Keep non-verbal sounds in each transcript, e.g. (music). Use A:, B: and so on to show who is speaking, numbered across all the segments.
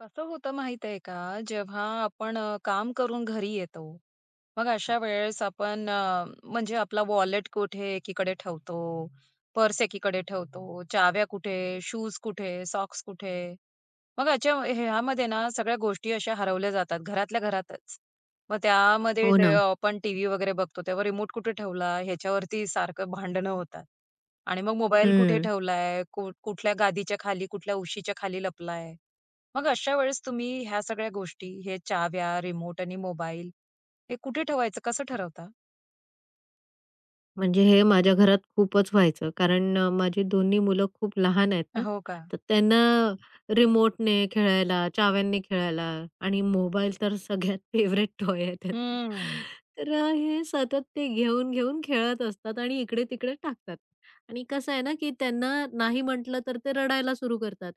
A: कसं होतं माहित आहे का? जेव्हा आपण काम करून घरी येतो, मग अशा वेळेस आपण म्हणजे आपला वॉलेट कुठे एकीकडे ठेवतो, पर्स एकीकडे ठेवतो, चाव्या कुठे, शूज कुठे, सॉक्स कुठे. मग याच्या ह्यामध्ये ना सगळ्या गोष्टी अशा हरवल्या जातात घरातल्या घरातच. मग त्यामध्ये
B: हो
A: जे
B: ना.
A: आपण टीव्ही वगैरे बघतो तेव्हा रिमोट कुठे ठेवला ह्याच्यावरती सारखं भांडणं होतात. आणि मग मोबाईल कुठे
B: हं.
A: ठेवलाय, कुठल्या गादीच्या खाली, कुठल्या उशीच्या खाली लपलाय. मग अशा वेळेस तुम्ही ह्या सगळ्या गोष्टी, हे चाव्या, रिमोट आणि मोबाईल हे कुठे ठेवायचं कसं ठरवता?
B: म्हणजे हे माझ्या घरात खूपच व्हायचं. कारण माझी दोन्ही मुलं खूप लहान आहेत ना,
A: हो का?
B: तर त्यांना रिमोटने खेळायला, चाव्यांनी खेळायला आणि मोबाईल तर सगळ्यात (laughs) फेव्हरेट टॉय आहे त्यांचा.
A: हम्म.
B: तर हे सतत ते घेऊन-घेऊन खेळत असतात आणि इकडे-तिकडे टाकतात. आणि कसं आहे ना, की त्यांना नाही म्हटलं तर ते रडायला सुरू करतात.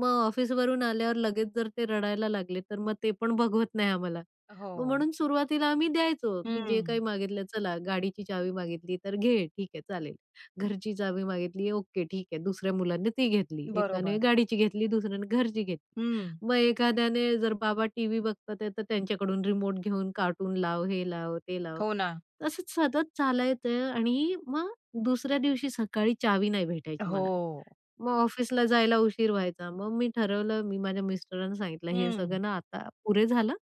B: मग ऑफिसवरून आल्यावर लगेच जर ते रडायला लागले, तर मग ते पण बघवत नाही आम्हाला.
A: हो.
B: मग म्हणून सुरुवातीला आम्ही द्यायचो, की जे
A: हं.
B: काही मागितलं, "चला गाडीची चावी मागितली तर घे, ठीक आहे चालेल." घरची चावी मागितली, "ओके, ठीक आहे." दुसऱ्या मुलाने ती घेतली. एकाने
A: बरोबर.
B: गाडीची घेतली, दुसऱ्याने घरची घेतली.
A: हं.
B: मग एखाद्याने जर बाबा टीव्ही बघतात आहे, तर त्यांच्याकडून रिमोट घेऊन कार्टून लाव, हे लाव, ते लाव.
A: हो ना.
B: असंच सतत चालायचं आणि मग दुसऱ्या दिवशी सकाळी चावी नाही भेटायची मला.
A: हो.
B: मग ऑफिसला जायला उशीर व्हायचा. मग मी ठरवलं, मी माझ्या मिस्टरांना सांगितलं, "हे
A: हं.
B: सगळं ना आता पुरे झालं.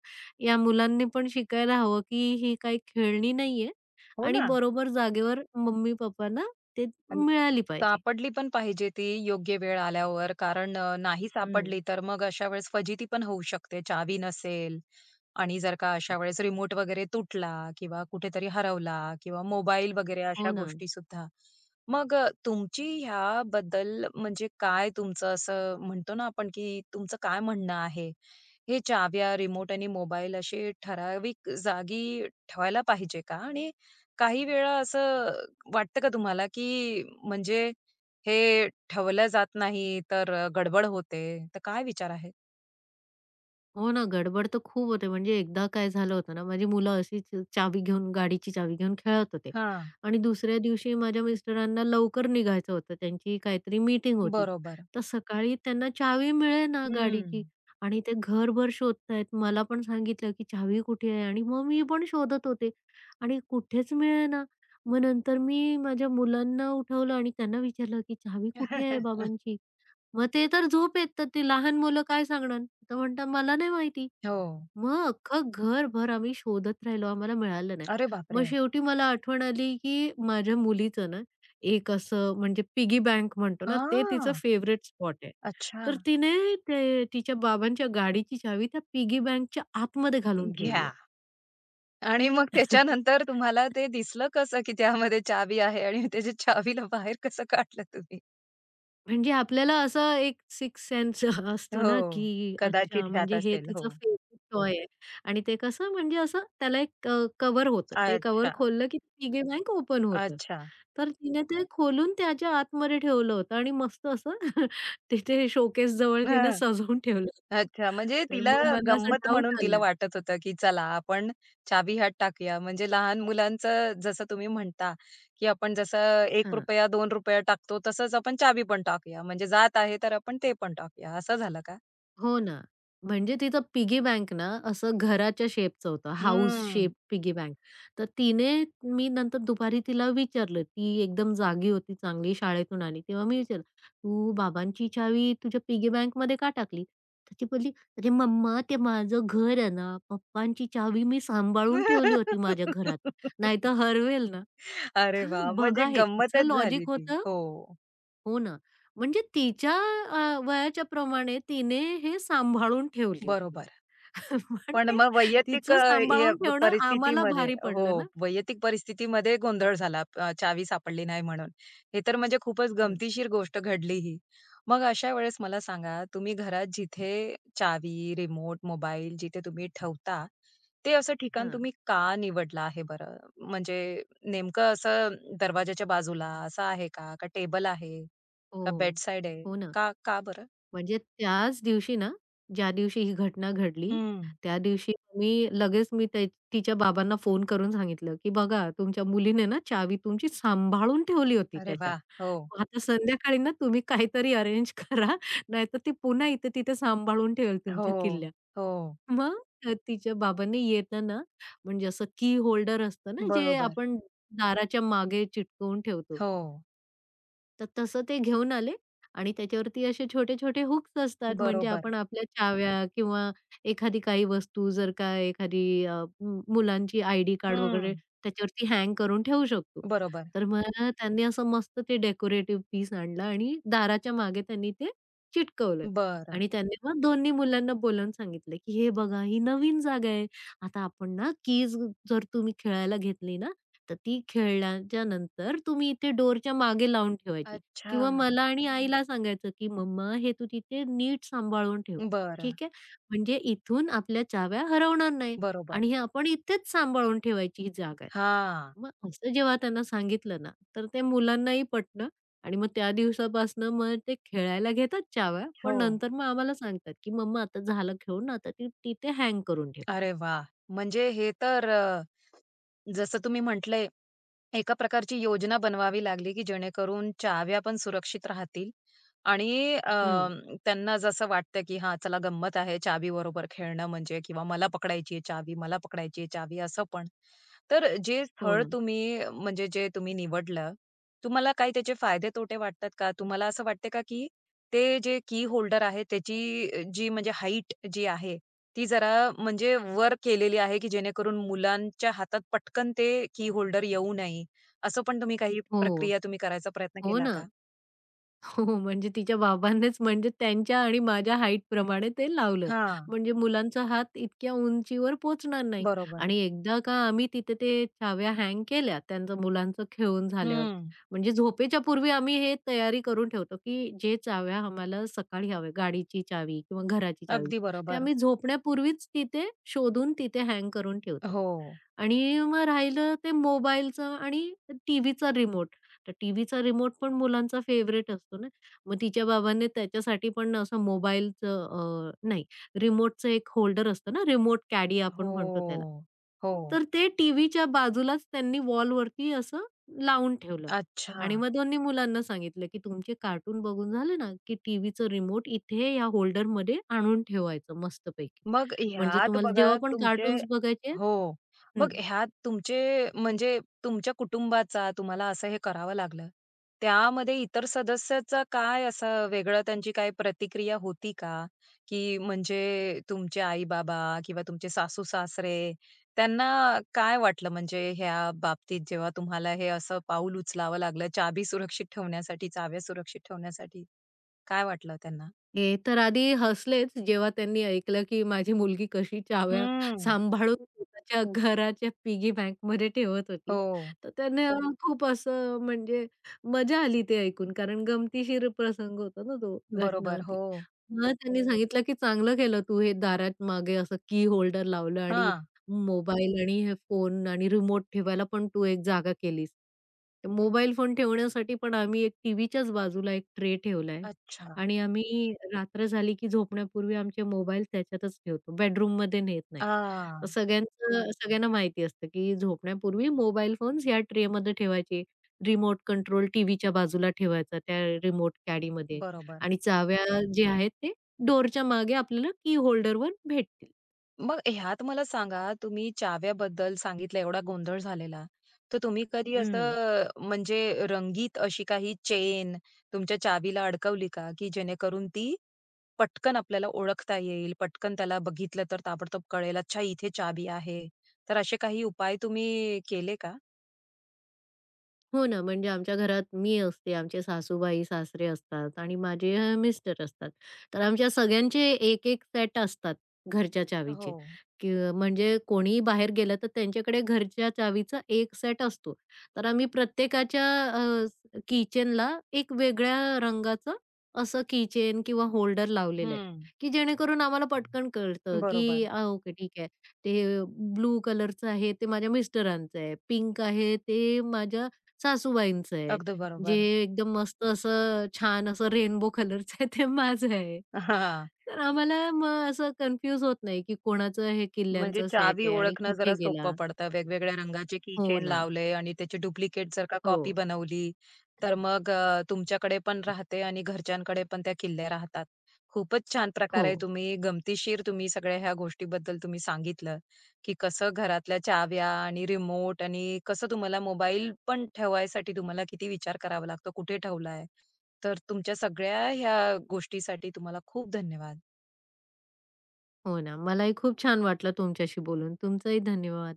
B: या मुलांनी पण शिकायला हवं, की ही काही खेळणी नाहीये
A: हो
B: आणि
A: ना.
B: बरोबर जागेवर मम्मी-पप्पांना ते मिळाली पाहिजे."
A: सापडली पण पाहिजे ती योग्य वेळ आल्यावर. कारण नाही
B: हं.
A: सापडली तर मग अशा वेळेस फजिती पण होऊ शकते. चावी नसेल आणि जर का अशा वेळेस रिमोट वगैरे तुटला किंवा कुठेतरी हरवला किंवा मोबाईल वगैरे
B: हो
A: अशा
B: ना.
A: गोष्टी सुद्धा. मग तुमची ह्याबद्दल म्हणजे काय तुमचं असं म्हणतो ना आपण, की तुमचं काय म्हणणं आहे? हे चाव्या, रिमोट आणि मोबाईल असे ठराविक जागी ठेवायला पाहिजे का? आणि काही वेळा असं वाटतं का तुम्हाला, की म्हणजे हे ठेवलं जात नाही, तर गडबड होते? तर काय विचार आहे?
B: हो ना, गडबड तर खूप होते. म्हणजे एकदा काय झालं होतं ना, माझी मुलं अशीच चावी घेऊन गाडीची चावी घेऊन खेळत होते
A: हां,
B: आणि दुसऱ्या दिवशी माझ्या मिस्टरांना लवकर निघायचं होतं. त्यांची काहीतरी मीटिंग होती.
A: बरोबर.
B: तर सकाळी त्यांना चावी मिळेना
A: हं.
B: गाडीची आणि ते घरभर शोधतायत. मला पण सांगितलं, की चावी कुठे आहे? आणि मग मी पण शोधत होते आणि कुठेच मिळेना. मग नंतर मी माझ्या मुलांना उठवलं आणि त्यांना विचारलं, की "चावी कुठे आहे
A: (laughs)
B: बाबांची?" मग ते तर झोप येत, तर ती लहान मुलं काय सांगणार? तर म्हणतात, "मला नाही माहिती."
A: हो.
B: मग अख्खं घरभर आम्ही शोधत राहिलो, आम्हाला मिळालं नाही.
A: अरे
B: मग
A: बापरे!
B: शेवटी मला आठवण आली, की माझ्या मुलीचं ना, एक असं म्हणजे पिगी बँक म्हणतो ना, ते तिचं
A: हां,
B: फेवरेट स्पॉट आहे.
A: अच्छा.
B: तर तिने ते तिच्या बाबांच्या गाडीची चावी त्या पिगी बँकच्या आतमध्ये घालून ठेवली
A: घ्या आणि मग
B: होती. (laughs)
A: त्याच्यानंतर तुम्हाला ते दिसलं कसं, की त्यामध्ये चावी आहे आणि (laughs) त्याच्या चावीला बाहेर कसं काढलं तुम्ही?
B: म्हणजे आपल्याला असं एक सिक्स्थ सेन्स (laughs) असतो
A: हो,
B: ना, की अच्छा
A: कदाचित ह्यात
B: म्हणजे हे
A: असेल. हो.
B: तिचं फेवरेट टॉय आहे आणि ते कसं म्हणजे असं त्याला एक कव्हर होतं. ते कव्हर
A: अच्छा,
B: खोललं की पिगी बँक ओपन होतं.
A: अच्छा.
B: तर तिने ते खोलून त्याच्या आतमध्ये ठेवलं होतं आणि मस्त असं (laughs) तिथे शोकेसजवळ तिने सजवून ठेवलं.
A: अच्छा, म्हणजे
B: तर
A: तिला
B: मग मला असा
A: गंमत
B: डाउट
A: म्हणून तिला
B: आला.
A: वाटत होतं, की चला आपण चावी ह्यात टाकूया. म्हणजे लहान मुलांचं जसं तुम्ही म्हणता, की आपण जसं ₹1, ₹2 टाकतो, तसंच आपण चावी पण टाकूया. म्हणजे जात आहे, तर आपण ते पण टाकूया. असं झालं का?
B: हो ना. म्हणजे तिचं पिगी बँक ना असं घराच्या शेपचं होतं, house shape
A: hmm.
B: Piggy bank. तर तिने मी नंतर दुपारी तिला विचारलं, ती एकदम जागी होती, चांगली शाळेतून आली. तेव्हा मी विचारलं, "तू बाबांची चावी तुझ्या पिगी बँकमध्ये का टाकली?" तर ती बोलली, "अरे मम्मा, ते माझं घर आहे ना, पप्पांची चावी मी सांभाळून ठेवली होती माझ्या घरात, नाहीतर
A: (laughs)
B: हरवेल ना."
A: अरे
B: तर
A: वा, म्हणजे
B: बघा हे तिचं
A: गंमतच झाली
B: लॉजिक
A: ती.
B: होतं
A: हो,
B: हो ना. म्हणजे तिच्या वयाच्या प्रमाणे तिने हे सांभाळून ठेवली होती.
A: बरोबर.
B: (laughs) पण
A: पण
B: ते
A: मग वैयक्तिक
B: तिचं सांभाळून ठेवणं आम्हाला
A: परिस्थितीमध्ये
B: भारी
A: हो,
B: पडलं ना.
A: वैयक्तिक परिस्थितीमध्ये गोंधळ झाला. चावी सापडली नाही म्हणून. हे तर म्हणजे खूपच
B: हं,
A: गमतीशीर गोष्ट घडली ही. मग अशा वेळेस मला सांगा, तुम्ही घरात जिथे चावी, रिमोट, मोबाईल जिथे तुम्ही ठेवता, ते असं ठिकाण
B: हां.
A: तुम्ही का निवडलं आहे बरं? म्हणजे नेमकं असं दरवाजाच्या बाजूला असं आहे का? का टेबल आहे?
B: हो,
A: का बेडसाईड आहे?
B: हो ना.
A: का का बरं?
B: म्हणजे त्याच दिवशी ना, ज्या दिवशी ही घटना घडली,
A: हं.
B: त्या दिवशी मी त्या तिच्या बाबांना फोन करून सांगितलं, की "बघा तुमच्या मुलीने ना चावी तुमची सांभाळून ठेवली होती
A: अरे
B: त्याच्यात.
A: वाह! हो.
B: मग आता संध्याकाळी ना तुम्ही काहीतरी अरेंज करा, नाहीतर ती पुन्हा इथे-तिथे सांभाळून ठेवेल
A: हो.
B: तुमच्या किल्ल्या."
A: हो.
B: मग तिच्या बाबांनी येताना म्हणजे असं की होल्डर असतं ना, जे
A: बरोबर.
B: आपण दाराच्या मागे चिटकवून ठेवतो.
A: हो,
B: तर तसं ते घेऊन आले आणि त्याच्यावरती असे छोटे-छोटे हूक्स असतात म्हणजे
A: बरोबर.
B: आपण आपल्या चाव्या किंवा एखादी काही वस्तू जर का एखादी अ, मु मुलांची आयडी कार्ड
A: हं,
B: वगैरे त्याच्यावरती हँग करून ठेवू शकतो.
A: बरोबर.
B: तर मग त्यांनी असं मस्त ते डेकोरेटिव्ह पीस आणलं आणि दाराच्या मागे त्यांनी ते चिटकवलं
A: बर,
B: आणि त्यांनी मग दोन्ही मुलांना बोलावून सांगितलं, की "हे बघा, ही नवीन जागा आहे. आता आपण ना कीज जर तुम्ही खेळायला घेतली ना तर ती खेळल्याच्या नंतर तुम्ही ते डोरच्या मागे लावून ठेवायची
A: अच्छा.
B: किंवा मला आणि आईला सांगायचं, की "मम्मा हे तू तिथे नीट सांभाळून ठेव,
A: बरं,
B: ठीक आहे? म्हणजे इथून आपल्या चाव्या हरवणार नाही आणि
A: बरोबर.
B: हे आपण इथेच सांभाळून ठेवायची ही जागा आहे."
A: हां,
B: मग असं जेव्हा त्यांना सांगितलं ना, तर ते मुलांनाही पटलं आणि मग त्या दिवसापासनं मग ते खेळायला घेतात चाव्या,
A: हो.
B: पण नंतर मग आम्हाला सांगतात, की "मम्मा आता झालं खेळून, आता ती तिथे हँग करून ठेव."
A: अरे वाह! म्हणजे हे तर जसं तुम्ही म्हटलं एका प्रकारची योजना बनवावी लागली, की जेणेकरून चाहव्या पण सुरक्षित राहतील आणि
B: हं.
A: त्यांना जसं वाटतं, की हां, चला गंमत आहे चावीबरोबर खेळणं म्हणजे किंवा मला पकडायची आहे चावी, मला पकडायची आहे चावी असं पण. तर जे
B: हो
A: स्थळ
B: ना.
A: तुम्ही म्हणजे जे तुम्ही निवडलं, तुम्हाला काही त्याचे फायदे-तोटे वाटतात का? तुम्हाला असं वाटते का, की ते जे की होल्डर आहे त्याची जी म्हणजे हाईट जी आहे, ती जरा म्हणजे वर केलेली आहे, की जेणेकरून मुलांच्या हातात पटकन ते की होल्डर येऊ नये असं पण तुम्ही काही
B: हो.
A: प्रक्रिया तुम्ही करायचा प्रयत्न
B: हो
A: केला
B: ना.
A: का?
B: हो, म्हणजे तिच्या बाबांनीच म्हणजे त्यांच्या आणि माझ्या हाईटप्रमाणे ते लावलं.
A: हां,
B: म्हणजे मुलांचा हात इतक्या उंचीवर पोहोचणार नाही
A: बरोबर.
B: आणि एकदा का आम्ही तिथे ते चाव्या हँग केल्या त्यांचं मुलांचं खेळून झाल्यावर.
A: हं,
B: म्हणजे झोपेच्या पूर्वी आम्ही हे तयारी करून ठेवतो, की जे चाव्या आम्हाला सकाळी हव्या, गाडीची चावी किंवा घराची चावी,
A: अगदी
B: ते
A: बरोबर.
B: आम्ही झोपण्यापूर्वीच तिथे शोधून तिथे हँग करून ठेवतो.
A: हो.
B: आणि मग राहिलं ते मोबाईलचं आणि टीव्हीचा रिमोट. तर टीव्हीचा रिमोट पण मुलांचा फेवरेट असतो ना. मग तिच्या बाबांनी त्याच्यासाठी पण असं मोबाईलचं अ, नाही रिमोटचं एक होल्डर असतं ना, रिमोट कॅडी आपण म्हणतो त्याला.
A: हो. हो.
B: तर ते टीव्हीच्या बाजूलाच त्यांनी वॉलवरती असं लावून ठेवलं
A: अच्छा.
B: आणि मग दोन्ही मुलांना सांगितलं, की तुमचे कार्टून बघून झाले ना, की टीव्हीचं रिमोट इथे या होल्डरमध्ये आणून ठेवायचं मस्तपैकी.
A: मग
B: म्हणजे
A: ह्यात
B: तुम्हाला
A: बघा
B: जेव्हा पण
A: तुमचे
B: कार्टून्स बघायचे आहेत
A: हो. मग ह्यात तुमचे म्हणजे तुमच्या कुटुंबाचा तुम्हाला असं हे करावं लागलं. त्यामध्ये इतर सदस्याचा काय असं वेगळं त्यांची काही प्रतिक्रिया होती का? की म्हणजे तुमचे आई-बाबा किंवा तुमचे सासू-सासरे त्यांना काय वाटलं म्हणजे ह्या बाबतीत जेव्हा तुम्हाला हे असं पाऊल उचलावं लागलं चाबी सुरक्षित ठेवण्यासाठी, चाव्या सुरक्षित ठेवण्यासाठी? काय वाटलं त्यांना?
B: हे तर आधी हसलेच जेव्हा त्यांनी ऐकलं, की माझी मुलगी कशी चाव्या
A: हम्म.
B: सांभाळून स्वतःच्या घराच्या पिगी बँकमध्ये ठेवत होती.
A: हो.
B: तर त्यांना खूप असं म्हणजे मजा आली ते ऐकून कारण गमतीशीर प्रसंग होता ना तो, घटना
A: बरोबर.
B: होती.
A: हो.
B: मग त्यांनी सांगितलं, की "चांगलं केलं तू हे दारात मागे असं की होल्डर लावलं आणि
A: हां.
B: मोबाईल आणि हे फोन आणि रिमोट ठेवायला पण तू एक जागा केलीस." मोबाईल फोन ठेवण्यासाठी पण आम्ही एक टीव्हीच्याच बाजूला एक ट्रे ठेवलाय.
A: अच्छा.
B: आणि आम्ही रात्र झाली की झोपण्यापूर्वी आमचे मोबाईल त्याच्यातच ठेवतो. बेडरूममध्ये नेत नाही. तर
A: हां,
B: सगळ्यांचं हं. सगळ्यांना माहिती असतं की झोपण्यापूर्वी मोबाईल फोन्स या ट्रेमध्ये ठेवायचे. रिमोट कंट्रोल टीव्हीच्या बाजूला ठेवायचा त्या रिमोट कॅडीमध्ये
A: बरोबर.
B: आणि चाव्या जे आहेत ते डोअरच्या मागे आपल्याला की होल्डरवर भेटतील.
A: मग ह्यात मला सांगा, तुम्ही चाव्याबद्दल सांगितलं एवढा गोंधळ झालेला. तर तुम्ही कधी
B: हं.
A: असं म्हणजे रंगीत अशी काही चेन तुमच्या चावीला अडकवली का, की जेणेकरून ती पटकन आपल्याला ओळखता येईल, पटकन त्याला बघितलं तर ताबडतोब कळेल, अच्छा इथे चावी आहे. तर असे काही उपाय तुम्ही केले का?
B: हो ना, म्हणजे आमच्या घरात मी असते, आमचे सासूबाई, सासरे असतात आणि माझे मिस्टर असतात. तर आमच्या सगळ्यांचे 1-1 सेट असतात घरच्या
A: हो.
B: चावीचे, की म्हणजे कोणीही बाहेर गेलं तर त्यांच्याकडे घरच्या चावीचा 1 सेट असतो. तर आम्ही प्रत्येकाच्या अ, एक वेगळ्या रंगाचं असं किचेन किंवा होल्डर लावलेलं आहे,
A: हं.
B: की जेणेकरून आम्हाला पटकन कळतं, की
A: बरोबर.
B: ओके ठीक आहे. ते ब्लू कलरचं आहे, ते माझ्या मिस्टरांचं आहे. पिंक आहे, ते माझ्या सासूबाईंचं आहे.
A: अगदी
B: जे
A: बरोबर.
B: एकदम मस्त असं छान असं रेनबो कलरचं आहे ते माझं आहे.
A: हां.
B: तर आम्हाला मग असं कन्फ्यूज होत नाही, की कोणाचं हे
A: म्हणजे
B: किल्ल्यांचं सेट
A: चावी
B: आहे आणि
A: ओळखणं जरा
B: कुठे
A: सोपं
B: गेला?
A: पडतं. वेगवेगळ्या रंगाचे
B: हो
A: कीचेन
B: ना.
A: लावले आणि त्याची डुप्लिकेट जर का
B: हो,
A: कॉपी बनवली, तर मग तुमच्याकडे पण राहते आणि घरच्यांकडे पण त्या किल्ल्या राहतात. खूपच छान
B: हो,
A: प्रकारे तुम्ही गमतीशीर तुम्ही सगळ्या ह्या गोष्टीबद्दल तुम्ही सांगितलं, की कसं घरातल्या चाव्या आणि रिमोट आणि कसं तुम्हाला मोबाईल पण ठेवायसाठी तुम्हाला किती विचार करावा लागतो, कुठे ठेवलाय. तर तुमच्या सगळ्या ह्या गोष्टीसाठी तुम्हाला खूप धन्यवाद.
B: हो ना. मलाही खूप छान वाटलं तुमच्याशी बोलून. तुमचंही धन्यवाद.